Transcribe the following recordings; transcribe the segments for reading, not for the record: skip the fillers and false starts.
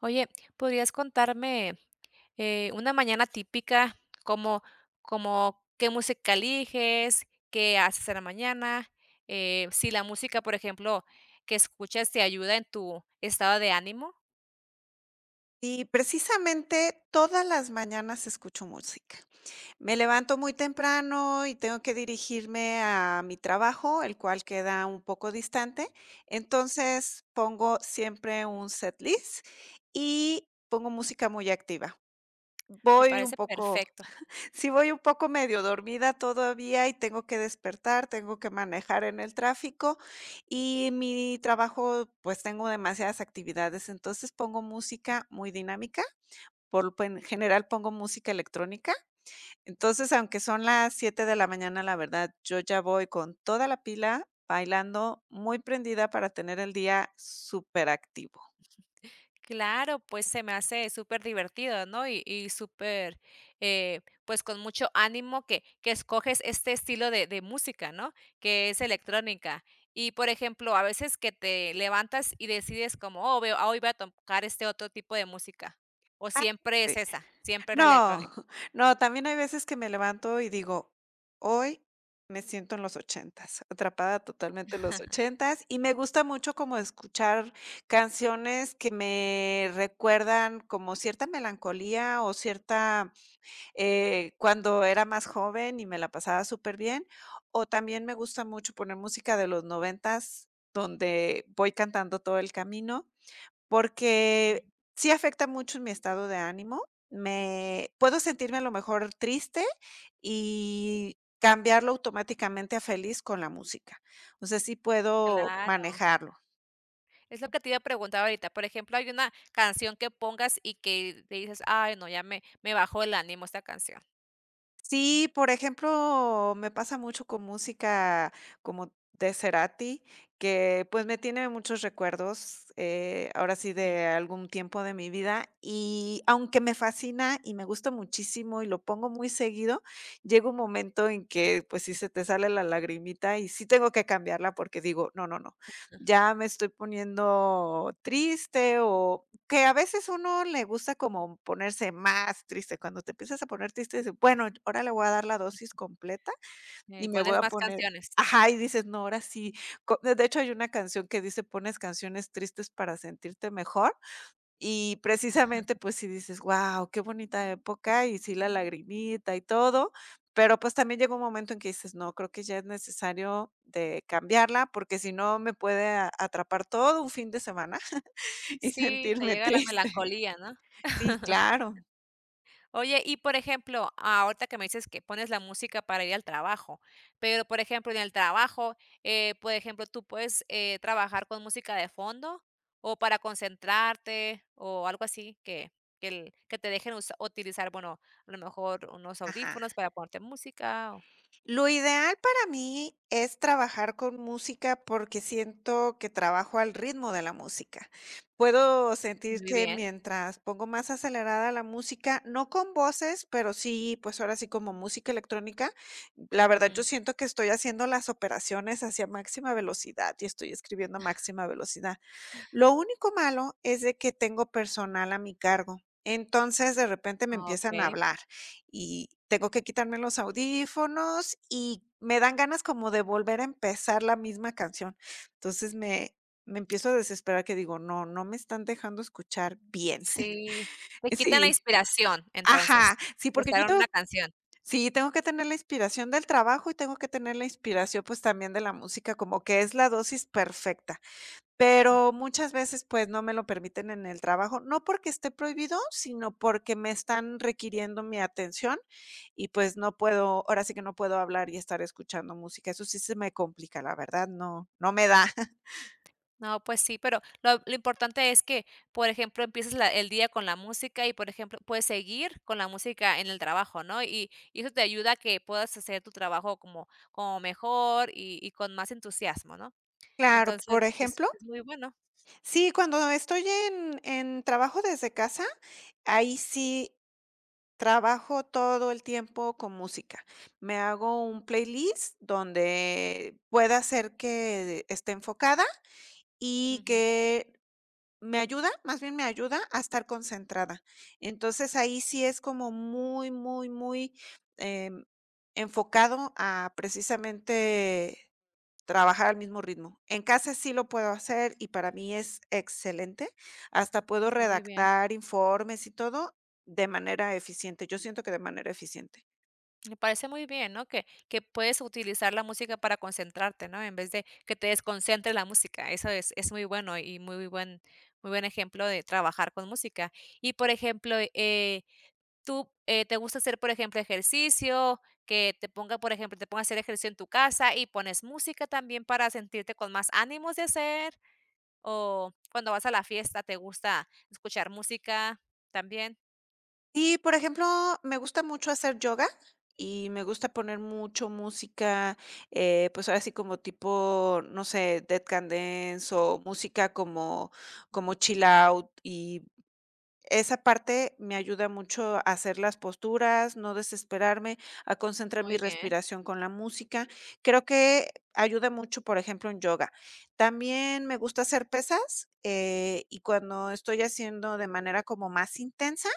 Oye, ¿podrías contarme, una mañana típica, como como qué música eliges, qué haces en la mañana? Si la música, por ejemplo, que escuchas te ayuda en tu estado de ánimo, Y precisamente todas las mañanas escucho música. Me levanto muy temprano y tengo que dirigirme a mi trabajo, el cual queda un poco distante. Entonces pongo siempre un set list y pongo música muy activa. me Voy un parece poco, perfecto. sí voy un poco medio dormida todavía y tengo que despertar, tengo que manejar en el tráfico y mi trabajo, pues tengo demasiadas actividades, entonces pongo música muy dinámica por lo pen general pongo música electrónica. Entonces, aunque son las 7 de la mañana, la verdad, yo ya voy con toda la pila, bailando, muy prendida para tener el día superactivo. Claro, pues se me hace súper divertido, ¿no? Y súper, pues con mucho ánimo que escoges este estilo de música, ¿no? Que es electrónica. Y por ejemplo, a veces que te levantas y decides como, oh, veo, ah, hoy voy a tocar este otro tipo de música. O Ah, siempre es sí. esa, siempre es la No, electrónica. no, también hay veces que me levanto y digo: "Hoy me siento en los ochentas, atrapada totalmente en los ochentas", y me gusta mucho como escuchar canciones que me recuerdan como cierta melancolía o cierta cuando era más joven y me la pasaba súper bien, o también me gusta mucho poner música de los noventas, donde voy cantando todo el camino, porque sí afecta mucho mi estado de ánimo. Me puedo sentirme a lo mejor triste y cambiarlo automáticamente a feliz con la música. O sea, sí puedo Claro. manejarlo. Es lo que te iba a preguntar ahorita. Por ejemplo, hay una canción que pongas y que te dices, ay, no, me bajó el ánimo esta canción. Sí, por ejemplo, me pasa mucho con música como de Cerati, que pues me tiene muchos recuerdos, ahora sí, Ujú. de algún tiempo de mi vida. Y aunque me fascina y me gusta muchísimo y lo pongo muy seguido, llega un momento en que pues sí se te sale la lagrimita y sí tengo que cambiarla porque digo, no, no, no, ya me estoy poniendo triste o que a veces uno le gusta como ponerse más triste. Cuando te empiezas a poner triste, dices, bueno, ahora le voy a dar la dosis completa Y y me voy pones a más poner canciones. ajá, y dices, no, ahora sí. Co De hecho, hay una canción que dice, pones canciones tristes para sentirte mejor, y precisamente, pues si dices, wow qué bonita época, y sí la lagrimita y todo, pero pues también llega un momento en que dices, no, creo que ya es necesario de cambiarla, porque si no me puede a atrapar todo un fin de semana y Sí, te sentirme llega la triste. melancolía, ¿no? Sí, claro. Oye, y por ejemplo, ahorita que me dices que pones la música para ir al trabajo, pero por ejemplo, en el trabajo, por ejemplo, tú puedes trabajar con música de fondo o para concentrarte o algo así que te dejen utilizar, bueno, a lo mejor unos Ajá. audífonos para ponerte música. Lo ideal para mí es trabajar con música porque siento que trabajo al ritmo de la música. Puedo sentir Muy que bien. mientras pongo más acelerada la música, no con voces, pero sí, pues ahora sí como música electrónica, la verdad Ujú. yo siento que estoy haciendo las operaciones hacia máxima velocidad y estoy escribiendo a máxima velocidad. Lo único malo es de que tengo personal a mi cargo. Entonces, de repente me empiezan a Ok, hablar y tengo que quitarme los audífonos y me dan ganas como de volver a empezar la misma canción. Entonces, me empiezo a desesperar que digo: "No, no me están dejando escuchar bien". sí. Te quitan Sí, la inspiración, entonces, ajá, sí, de porque estar yo en tengo una canción. sí, tengo que tener la inspiración del trabajo y tengo que tener la inspiración, pues, también de la música, como que es la dosis perfecta. Mm. Pero muchas veces, pues, no me lo permiten en el trabajo, no porque esté prohibido, sino porque me están requiriendo mi atención y, pues, no puedo, ahora sí que no puedo hablar y estar escuchando música. Eso sí se me complica, la verdad, no, no me da. No, pues sí, pero lo importante es que, por ejemplo, empieces la el día con la música y, por ejemplo, puedes seguir con la música en el trabajo, ¿no? Y eso te ayuda a que puedas hacer tu trabajo como mejor y con más entusiasmo, ¿no? Claro, Entonces, por ejemplo, es muy bueno. sí, cuando estoy en trabajo desde casa, ahí sí trabajo todo el tiempo con música. Me hago un playlist donde pueda hacer que esté enfocada y Ujú. que me ayuda, más bien me ayuda a estar concentrada. Entonces, ahí sí es como muy, em, enfocado a precisamente trabajar al mismo ritmo. En casa sí lo puedo hacer y para mí es excelente. Hasta puedo Muy bien. redactar informes y todo de manera eficiente. Yo siento que de manera eficiente. Me parece muy bien, ¿no? Que puedes utilizar la música para concentrarte, ¿no? En vez de que te desconcentre la música. Eso es muy bueno y muy buen ejemplo de trabajar con música. Y, por ejemplo, ¿Tú, te gusta hacer, por ejemplo, ejercicio? Que te ponga, por ejemplo, te ponga a hacer ejercicio en tu casa y pones música también para sentirte con más ánimos de hacer, o cuando vas a la fiesta, ¿te gusta escuchar música también? Y, por ejemplo, me gusta mucho hacer yoga y me gusta poner mucho música, pues, ahora sí como tipo, no sé, dead can dance o música como como chill out, y esa parte me ayuda mucho a hacer las posturas, no desesperarme, a concentrar mi Muy bien. respiración con la música. Creo que ayuda mucho, por ejemplo, en yoga. También me gusta hacer pesas, y cuando estoy haciendo de manera como más intensa,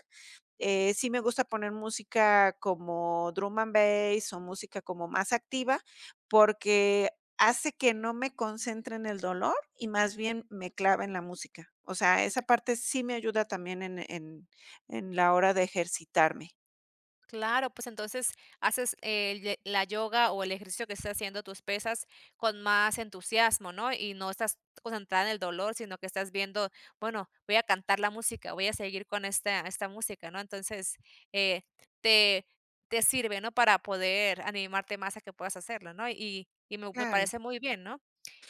sí me gusta poner música como drum and bass o música como más activa, porque hace que no me concentre en el dolor y más bien me clava en la música. O sea, esa parte sí me ayuda también en la hora de ejercitarme. Claro, pues entonces haces la yoga o el ejercicio que estás haciendo, tus pesas, con más entusiasmo, ¿no? Y no estás concentrada en el dolor, sino que estás viendo, bueno, voy a cantar la música, voy a seguir con esta música, ¿no? Entonces, eh, te, te sirve, ¿no? Para poder animarte más a que puedas hacerlo, ¿no? Y, me Claro. parece muy bien, ¿no?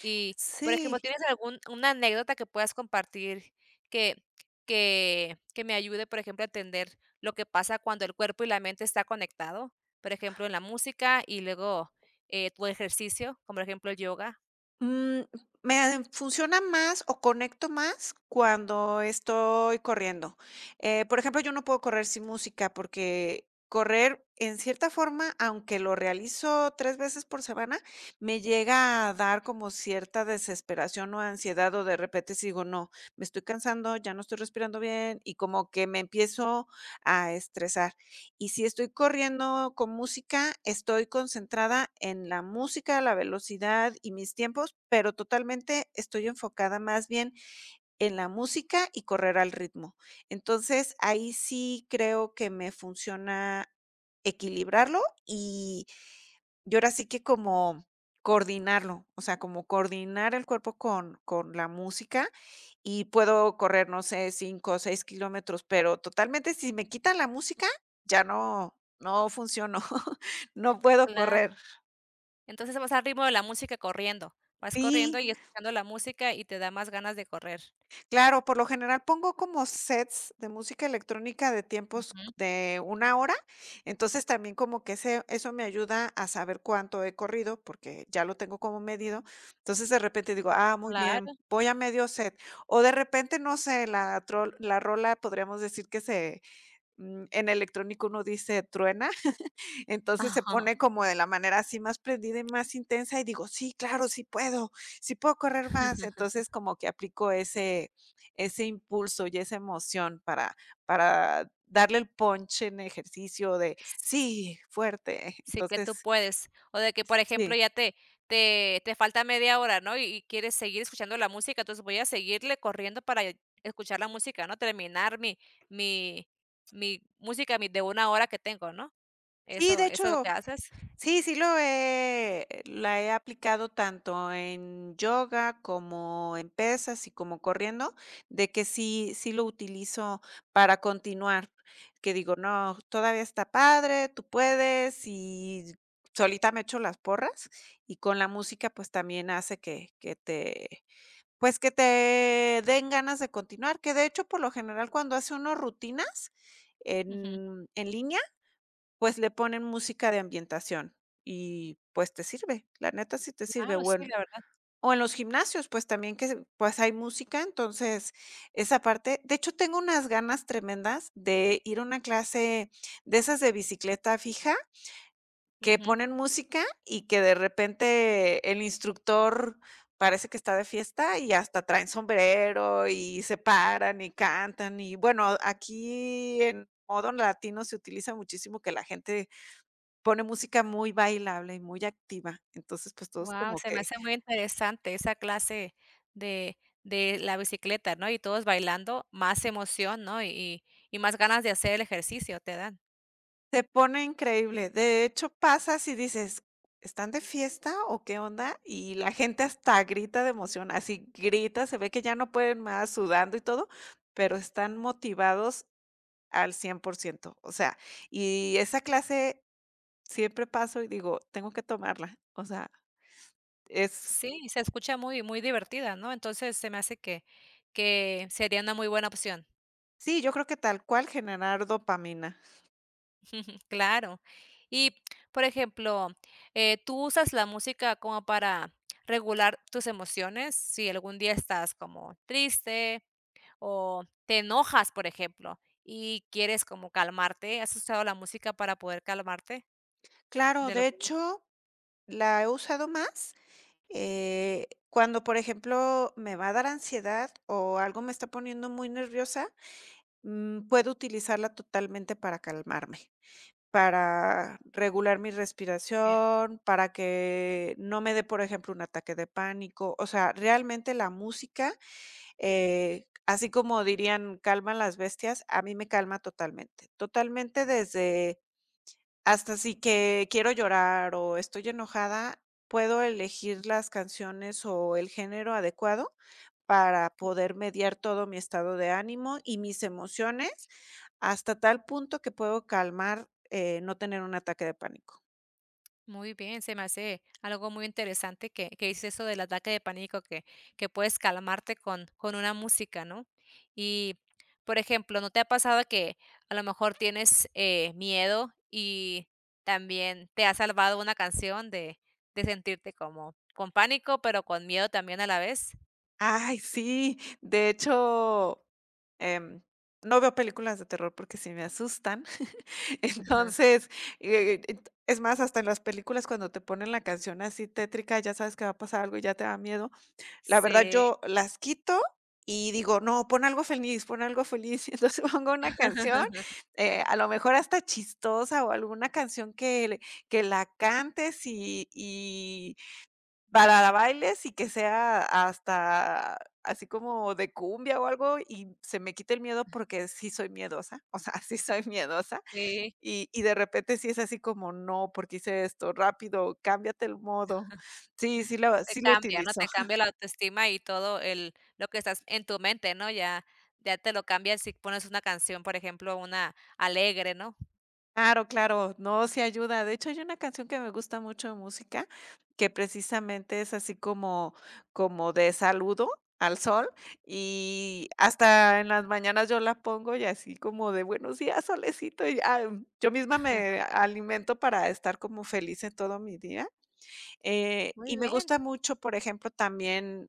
Y, por ejemplo, Sí. ¿tienes algún, una anécdota que puedas compartir que, que me ayude, por ejemplo, a entender lo que pasa cuando el cuerpo y la mente está conectado, por ejemplo, en la música y luego, tu ejercicio, como por ejemplo el yoga. Mm, me en funciona más o conecto más cuando estoy corriendo. Por ejemplo, yo no puedo correr sin música, porque correr, en cierta forma, aunque lo realizo 3 veces por semana, me llega a dar como cierta desesperación o ansiedad, o de repente si digo: "No, me estoy cansando, ya no estoy respirando bien", y como que me empiezo a estresar. Y si estoy corriendo con música, estoy concentrada en la música, la velocidad y mis tiempos, pero totalmente estoy enfocada más bien en la música y correr al ritmo. Entonces, ahí sí creo que me funciona equilibrarlo y y ahora sí que como coordinarlo, o sea, como coordinar el cuerpo con la música y puedo correr, no sé, 5 o 6 kilómetros, pero totalmente si me quitan la música, ya no funciono, no puedo Claro. correr. Entonces vas al ritmo de la música corriendo, vas corriendo Sí. y escuchando la música y te da más ganas de correr. Claro, por lo general pongo como sets de música electrónica de tiempos Ujú, de una hora, entonces también como que ese eso me ayuda a saber cuánto he corrido, porque ya lo tengo como medido. Entonces, de repente digo: "Ah, muy claro. bien, voy a medio set". O de repente, no sé, la rola podríamos decir que se, en electrónico uno dice truena. Entonces se Ajá. pone como de la manera así más prendida y más intensa y digo: "Sí, claro, sí puedo correr más". Entonces, como que aplico ese impulso y esa emoción para darle el punch en ejercicio de sí, fuerte. Sí, que tú Entonces, puedes. O de que, por ejemplo, sí. Te falta media hora, ¿no? Y quieres seguir escuchando la música, entonces voy a seguirle corriendo para escuchar la música, ¿no? Terminar mi mi música, mi de una hora que tengo, ¿no? Sí, de Eso es lo hecho que haces. sí, sí lo he la he aplicado tanto en yoga, como en pesas y como corriendo, de que sí sí lo utilizo para continuar, que digo: "No, todavía está padre, tú puedes", y solita me echo las porras, y con la música, pues, también hace que te, pues, que te den ganas de continuar, que de hecho, por lo general, cuando hace uno rutinas Ujú. en línea, pues le ponen música de ambientación y, pues, te sirve, la neta sí te sirve, Claro, sí, la verdad. o en los gimnasios, pues, también que, pues, hay música, entonces esa parte de hecho, tengo unas ganas tremendas de ir a una clase de esas de bicicleta fija, que Wow, ponen música y que de repente el instructor parece que está de fiesta y hasta traen sombrero y se paran y cantan y, bueno, aquí en modo latino se utiliza muchísimo que la gente pone música muy bailable y muy activa, entonces, pues, todos como se me que hace muy interesante esa clase de la bicicleta, ¿no? Y todos bailando, más emoción, ¿no? Y más ganas de hacer el ejercicio te dan. se pone increíble. De hecho, pasas y dices: "¿Están de fiesta o qué onda?". Y la gente hasta grita de emoción, así grita, se ve que ya no pueden más, sudando y todo, pero están motivados al cien por ciento. O sea, y esa clase siempre paso y digo: "Tengo que tomarla". O sea, es Sí, se escucha muy divertida, ¿no? Entonces, se me hace que sería una muy buena opción. sí, yo creo que tal cual generar dopamina. Claro. Y, por ejemplo, ¿tú usas la música como para regular tus emociones? Si algún día estás como triste o te enojas, por ejemplo, y quieres como calmarte, ¿has usado la música para poder calmarte? Claro, De lo de hecho, la he usado más cuando, por ejemplo, me va a dar ansiedad o algo me está poniendo muy nerviosa, puedo utilizarla totalmente para calmarme, para regular mi respiración, para que no me dé, por ejemplo, un ataque de pánico. O sea, realmente la música, así como dirían calman las bestias, a mí me calma totalmente. Totalmente desde hasta si que quiero llorar o estoy enojada, puedo elegir las canciones o el género adecuado para poder mediar todo mi estado de ánimo y mis emociones, hasta tal punto que puedo calmar, no tener un ataque de pánico. muy bien, se me hace algo muy interesante que dices eso del ataque de pánico, que puedes calmarte con una música, ¿no? Y, por ejemplo, ¿no te ha pasado que a lo mejor tienes miedo y también te ha salvado una canción de sentirte como con pánico, pero con miedo también a la vez? Ay, sí, de hecho, em, no veo películas de terror porque sí me asustan. Ajá. Entonces, et es más, hasta en las películas cuando te ponen la canción así tétrica, ya sabes que va a pasar algo y ya te da miedo. La verdad, Sí, yo las quito y digo: "No, pon algo feliz, pon algo feliz". Y entonces pongo una canción, a lo mejor hasta chistosa o alguna canción que la cantes y para la bailes y que sea hasta así como de cumbia o algo, y se me quite el miedo porque sí soy miedosa, o sea, sí soy miedosa. sí. Y de repente sí es así como: "No, porque hice esto? Rápido, cámbiate el modo". Sí, Te sí lo cambia, ¿no? utilizo. Te cambia la autoestima y todo el lo que estás en tu mente, ¿no? Ya ya te lo cambias si pones una canción, por ejemplo, una alegre, ¿no? Claro, claro, no, se ayuda. De hecho, hay una canción que me gusta mucho de música, que precisamente es así como como de saludo al sol, y hasta en las mañanas yo la pongo y así como de buenos días, solecito, y ya, yo misma me alimento para estar como feliz en todo mi día. Muy Y me bien. gusta mucho, por ejemplo, también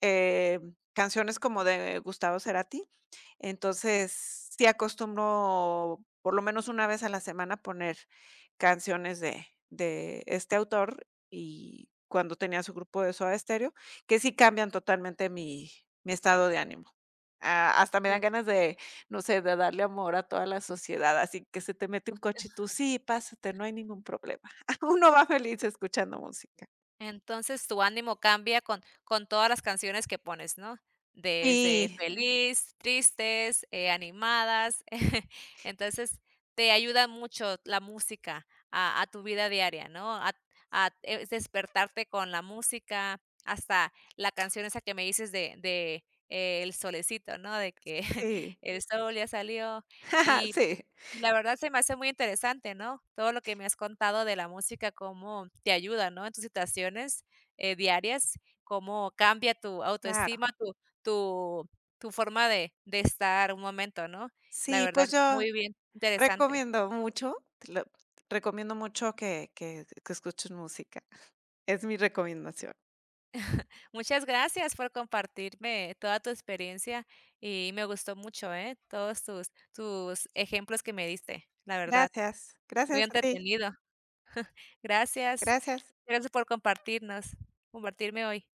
eh, canciones como de Gustavo Cerati. Entonces, sí acostumbro, por lo menos una vez a la semana, poner canciones de este autor y cuando tenía su grupo de Soda Stereo, que sí cambian totalmente mi estado de ánimo. Ah, hasta me dan ganas de, no sé, de darle amor a toda la sociedad, así que se te mete un coche y tú: "Sí, pásate, no hay ningún problema". Uno va feliz escuchando música. Entonces, tu ánimo cambia con todas las canciones que pones, ¿no? Desde Sí, feliz, tristes, animadas. Entonces, te ayuda mucho la música a tu vida diaria, ¿no? Despertarte con la música, hasta la canción esa que me dices El Solecito, ¿no? De que sí. el sol ya salió y Sí, la verdad se me hace muy interesante, ¿no? Todo lo que me has contado de la música, cómo te ayuda, ¿no? En tus situaciones, diarias, cómo cambia tu claro. autoestima, tu tu forma de estar un momento, ¿no? La Sí, pues verdad, yo muy bien, interesante. recomiendo mucho, te lo recomiendo mucho que escuches música. Es mi recomendación. Muchas gracias por compartirme toda tu experiencia y me gustó mucho, ¿eh? Todos tus ejemplos que me diste, la verdad, Gracias, muy gracias a ti. entretenido. Gracias, Gracias. gracias por compartirnos compartirme hoy.